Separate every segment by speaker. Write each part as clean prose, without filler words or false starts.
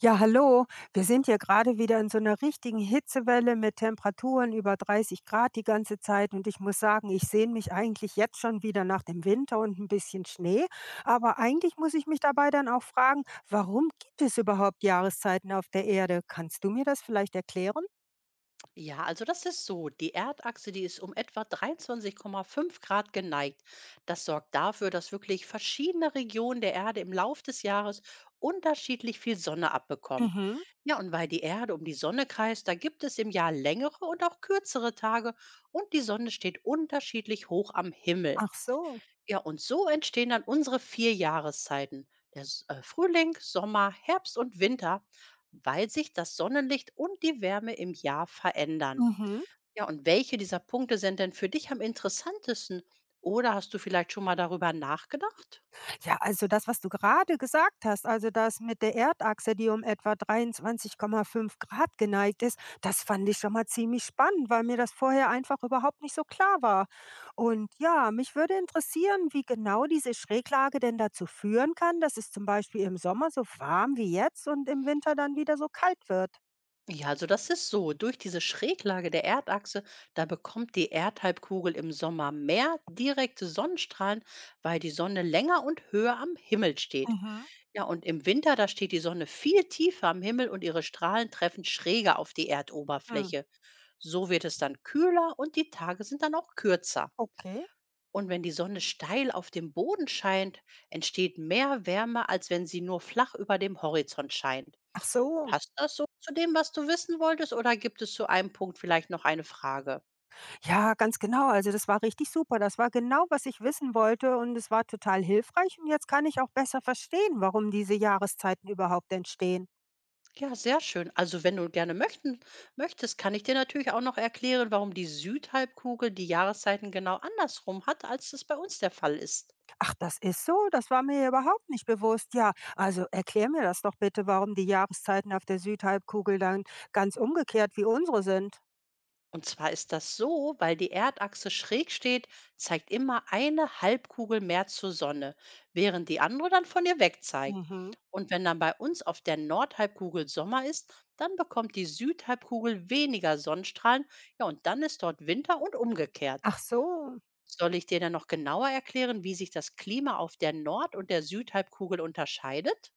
Speaker 1: Ja, hallo. Wir sind hier gerade wieder in so einer richtigen Hitzewelle mit Temperaturen über 30 Grad die ganze Zeit. Und ich muss sagen, ich sehne mich eigentlich jetzt schon wieder nach dem Winter und ein bisschen Schnee. Aber eigentlich muss ich mich dabei dann auch fragen, warum gibt es überhaupt Jahreszeiten auf der Erde? Kannst du mir das vielleicht erklären?
Speaker 2: Ja, also das ist so. Die Erdachse, die ist um etwa 23,5 Grad geneigt. Das sorgt dafür, dass wirklich verschiedene Regionen der Erde im Lauf des Jahres unterschiedlich viel Sonne abbekommen.
Speaker 1: Mhm.
Speaker 2: Ja, und weil die Erde um die Sonne kreist, da gibt es im Jahr längere und auch kürzere Tage und die Sonne steht unterschiedlich hoch am Himmel.
Speaker 1: Ach so.
Speaker 2: Ja, und so entstehen dann unsere vier Jahreszeiten. Frühling, Sommer, Herbst und Winter, weil sich das Sonnenlicht und die Wärme im Jahr verändern.
Speaker 1: Mhm.
Speaker 2: Ja, und welche dieser Punkte sind denn für dich am interessantesten? Oder hast du vielleicht schon mal darüber nachgedacht?
Speaker 1: Ja, also das, was du gerade gesagt hast, also das mit der Erdachse, die um etwa 23,5 Grad geneigt ist, das fand ich schon mal ziemlich spannend, weil mir das vorher einfach überhaupt nicht so klar war. Und ja, mich würde interessieren, wie genau diese Schräglage denn dazu führen kann, dass es zum Beispiel im Sommer so warm wie jetzt und im Winter dann wieder so kalt wird.
Speaker 2: Ja, also das ist so. Durch diese Schräglage der Erdachse, da bekommt die Erdhalbkugel im Sommer mehr direkte Sonnenstrahlen, weil die Sonne länger und höher am Himmel steht.
Speaker 1: Mhm.
Speaker 2: Ja, und im Winter, da steht die Sonne viel tiefer am Himmel und ihre Strahlen treffen schräger auf die
Speaker 1: Hm.
Speaker 2: Erdoberfläche. So wird es dann kühler und die Tage sind dann auch kürzer.
Speaker 1: Okay.
Speaker 2: Und wenn die Sonne steil auf dem Boden scheint, entsteht mehr Wärme, als wenn sie nur flach über dem Horizont scheint.
Speaker 1: Ach so.
Speaker 2: Passt das so zu dem, was du wissen wolltest, oder gibt es zu einem Punkt vielleicht noch eine Frage?
Speaker 1: Ja, ganz genau. Also das war richtig super. Das war genau, was ich wissen wollte, und es war total hilfreich. Und jetzt kann ich auch besser verstehen, warum diese Jahreszeiten überhaupt entstehen.
Speaker 2: Ja, sehr schön. Also wenn du gerne möchtest, kann ich dir natürlich auch noch erklären, warum die Südhalbkugel die Jahreszeiten genau andersrum hat, als das bei uns der Fall ist.
Speaker 1: Ach, das ist so. Das war mir ja überhaupt nicht bewusst. Ja, also erklär mir das doch bitte, warum die Jahreszeiten auf der Südhalbkugel dann ganz umgekehrt wie unsere sind.
Speaker 2: Und zwar ist das so, weil die Erdachse schräg steht, zeigt immer eine Halbkugel mehr zur Sonne, während die andere dann von ihr weg zeigt.
Speaker 1: Mhm.
Speaker 2: Und wenn dann bei uns auf der Nordhalbkugel Sommer ist, dann bekommt die Südhalbkugel weniger Sonnenstrahlen. Ja, und dann ist dort Winter und umgekehrt.
Speaker 1: Ach so.
Speaker 2: Soll ich dir dann noch genauer erklären, wie sich das Klima auf der Nord- und der Südhalbkugel unterscheidet?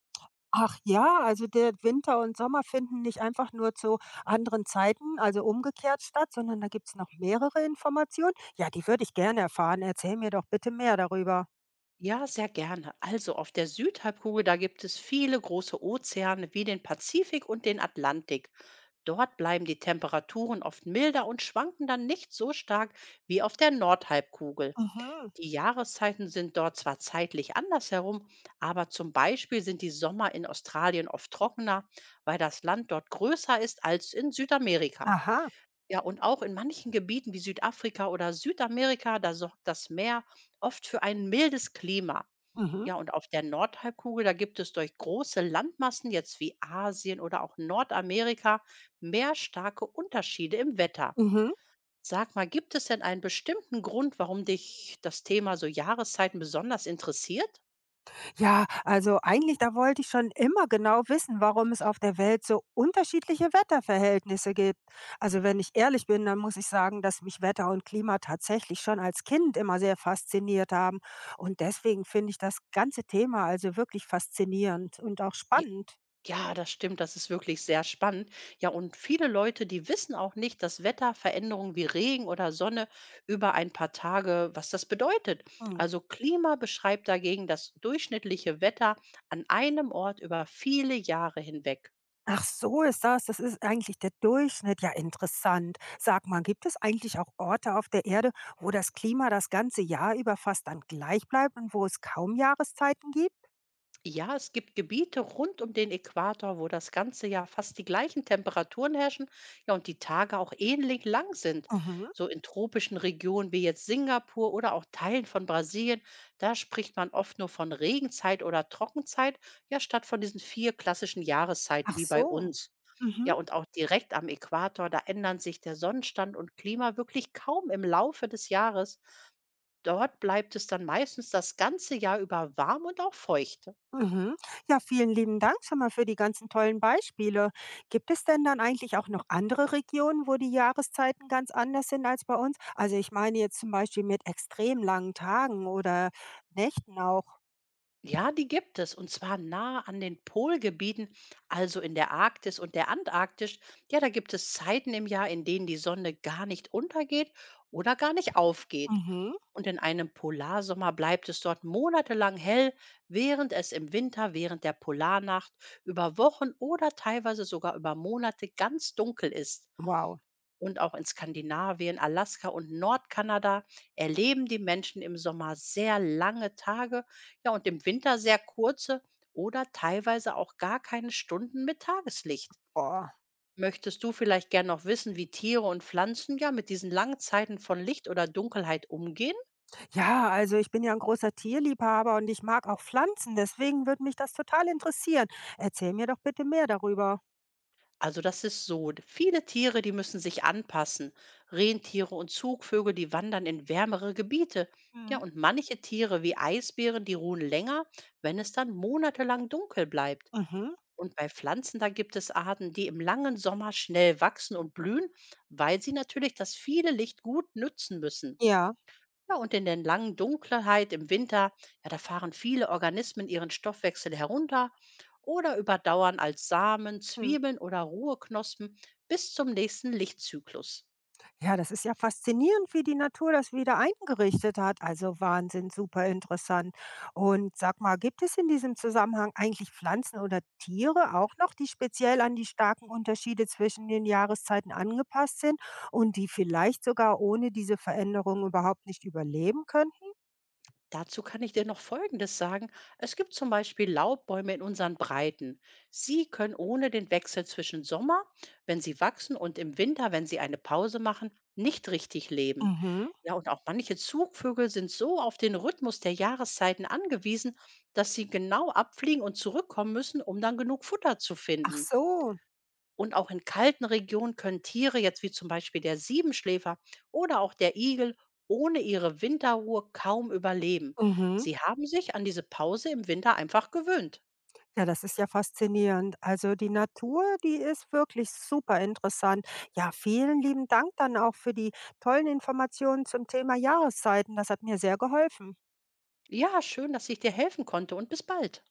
Speaker 1: Ach ja, also der Winter und Sommer finden nicht einfach nur zu anderen Zeiten, also umgekehrt statt, sondern da gibt's noch mehrere Informationen. Ja, die würde ich gerne erfahren. Erzähl mir doch bitte mehr darüber.
Speaker 2: Ja, sehr gerne. Also auf der Südhalbkugel, da gibt es viele große Ozeane wie den Pazifik und den Atlantik. Dort bleiben die Temperaturen oft milder und schwanken dann nicht so stark wie auf der Nordhalbkugel.
Speaker 1: Mhm.
Speaker 2: Die Jahreszeiten sind dort zwar zeitlich anders herum, aber zum Beispiel sind die Sommer in Australien oft trockener, weil das Land dort größer ist als in Südamerika.
Speaker 1: Aha.
Speaker 2: Ja, und auch in manchen Gebieten wie Südafrika oder Südamerika, da sorgt das Meer oft für ein mildes Klima.
Speaker 1: Mhm.
Speaker 2: Ja, und auf der Nordhalbkugel, da gibt es durch große Landmassen, jetzt wie Asien oder auch Nordamerika, mehr starke Unterschiede im Wetter.
Speaker 1: Mhm.
Speaker 2: Sag mal, gibt es denn einen bestimmten Grund, warum dich das Thema so Jahreszeiten besonders interessiert?
Speaker 1: Ja, also eigentlich, da wollte ich schon immer genau wissen, warum es auf der Welt so unterschiedliche Wetterverhältnisse gibt. Also wenn ich ehrlich bin, dann muss ich sagen, dass mich Wetter und Klima tatsächlich schon als Kind immer sehr fasziniert haben. Und deswegen finde ich das ganze Thema also wirklich faszinierend und auch spannend.
Speaker 2: Ja, das stimmt. Das ist wirklich sehr spannend. Ja, und viele Leute, die wissen auch nicht, dass Wetterveränderungen wie Regen oder Sonne über ein paar Tage, was das bedeutet.
Speaker 1: Hm.
Speaker 2: Also Klima beschreibt dagegen das durchschnittliche Wetter an einem Ort über viele Jahre hinweg.
Speaker 1: Ach, so ist das. Das ist eigentlich der Durchschnitt. Ja, interessant. Sag mal, gibt es eigentlich auch Orte auf der Erde, wo das Klima das ganze Jahr über fast dann gleich bleibt und wo es kaum Jahreszeiten gibt?
Speaker 2: Ja, es gibt Gebiete rund um den Äquator, wo das ganze Jahr fast die gleichen Temperaturen herrschen, ja, und die Tage auch ähnlich lang sind.
Speaker 1: Mhm.
Speaker 2: So in tropischen Regionen wie jetzt Singapur oder auch Teilen von Brasilien, da spricht man oft nur von Regenzeit oder Trockenzeit, ja, statt von diesen vier klassischen Jahreszeiten
Speaker 1: Ach
Speaker 2: wie bei
Speaker 1: so.
Speaker 2: uns. Ja,
Speaker 1: Mhm,
Speaker 2: und auch direkt am Äquator, da ändern sich der Sonnenstand und Klima wirklich kaum im Laufe des Jahres. Dort bleibt es dann meistens das ganze Jahr über warm und auch feucht.
Speaker 1: mhm. Ja, vielen lieben Dank schon mal für die ganzen tollen Beispiele. Gibt es denn dann eigentlich auch noch andere Regionen, wo die Jahreszeiten ganz anders sind als bei uns? Also ich meine jetzt zum Beispiel mit extrem langen Tagen oder Nächten auch.
Speaker 2: Ja, die gibt es, und zwar nah an den Polgebieten, also in der Arktis und der Antarktis. Ja, da gibt es Zeiten im Jahr, in denen die Sonne gar nicht untergeht oder gar nicht aufgeht.
Speaker 1: Mhm.
Speaker 2: Und in einem Polarsommer bleibt es dort monatelang hell, während es im Winter während der Polarnacht über Wochen oder teilweise sogar über Monate ganz dunkel ist.
Speaker 1: Wow.
Speaker 2: Und auch in Skandinavien, Alaska und Nordkanada erleben die Menschen im Sommer sehr lange Tage, ja, und im Winter sehr kurze oder teilweise auch gar keine Stunden mit Tageslicht.
Speaker 1: Oh.
Speaker 2: Möchtest du vielleicht gern noch wissen, wie Tiere und Pflanzen ja mit diesen langen Zeiten von Licht oder Dunkelheit umgehen?
Speaker 1: Ja, also ich bin ja ein großer Tierliebhaber und ich mag auch Pflanzen, deswegen würde mich das total interessieren. Erzähl mir doch bitte mehr darüber.
Speaker 2: Also das ist so. Viele Tiere, die müssen sich anpassen. Rentiere und Zugvögel, die wandern in wärmere Gebiete. Ja,
Speaker 1: Mhm.
Speaker 2: und manche Tiere wie Eisbären, die ruhen länger, wenn es dann monatelang dunkel bleibt.
Speaker 1: Mhm.
Speaker 2: Und bei Pflanzen, da gibt es Arten, die im langen Sommer schnell wachsen und blühen, weil sie natürlich das viele Licht gut nützen müssen.
Speaker 1: Ja.
Speaker 2: Ja, und in der langen Dunkelheit im Winter, ja, da fahren viele Organismen ihren Stoffwechsel herunter oder überdauern als Samen,
Speaker 1: Mhm.
Speaker 2: Zwiebeln oder Ruheknospen bis zum nächsten Lichtzyklus.
Speaker 1: Ja, das ist ja faszinierend, wie die Natur das wieder eingerichtet hat. Also Wahnsinn, super interessant. Und sag mal, gibt es in diesem Zusammenhang eigentlich Pflanzen oder Tiere auch noch, die speziell an die starken Unterschiede zwischen den Jahreszeiten angepasst sind und die vielleicht sogar ohne diese Veränderung überhaupt nicht überleben könnten?
Speaker 2: Dazu kann ich dir noch Folgendes sagen. Es gibt zum Beispiel Laubbäume in unseren Breiten. Sie können ohne den Wechsel zwischen Sommer, wenn sie wachsen, und im Winter, wenn sie eine Pause machen, nicht richtig leben.
Speaker 1: Mhm.
Speaker 2: Ja, und auch manche Zugvögel sind so auf den Rhythmus der Jahreszeiten angewiesen, dass sie genau abfliegen und zurückkommen müssen, um dann genug Futter zu
Speaker 1: Ach
Speaker 2: finden.
Speaker 1: so.
Speaker 2: Und auch in kalten Regionen können Tiere, jetzt wie zum Beispiel der Siebenschläfer oder auch der Igel, ohne ihre Winterruhe kaum überleben.
Speaker 1: Mhm.
Speaker 2: Sie haben sich an diese Pause im Winter einfach gewöhnt.
Speaker 1: Ja, das ist ja faszinierend. Also die Natur, die ist wirklich super interessant. Ja, vielen lieben Dank dann auch für die tollen Informationen zum Thema Jahreszeiten. Das hat mir sehr geholfen.
Speaker 2: Ja, schön, dass ich dir helfen konnte und bis bald.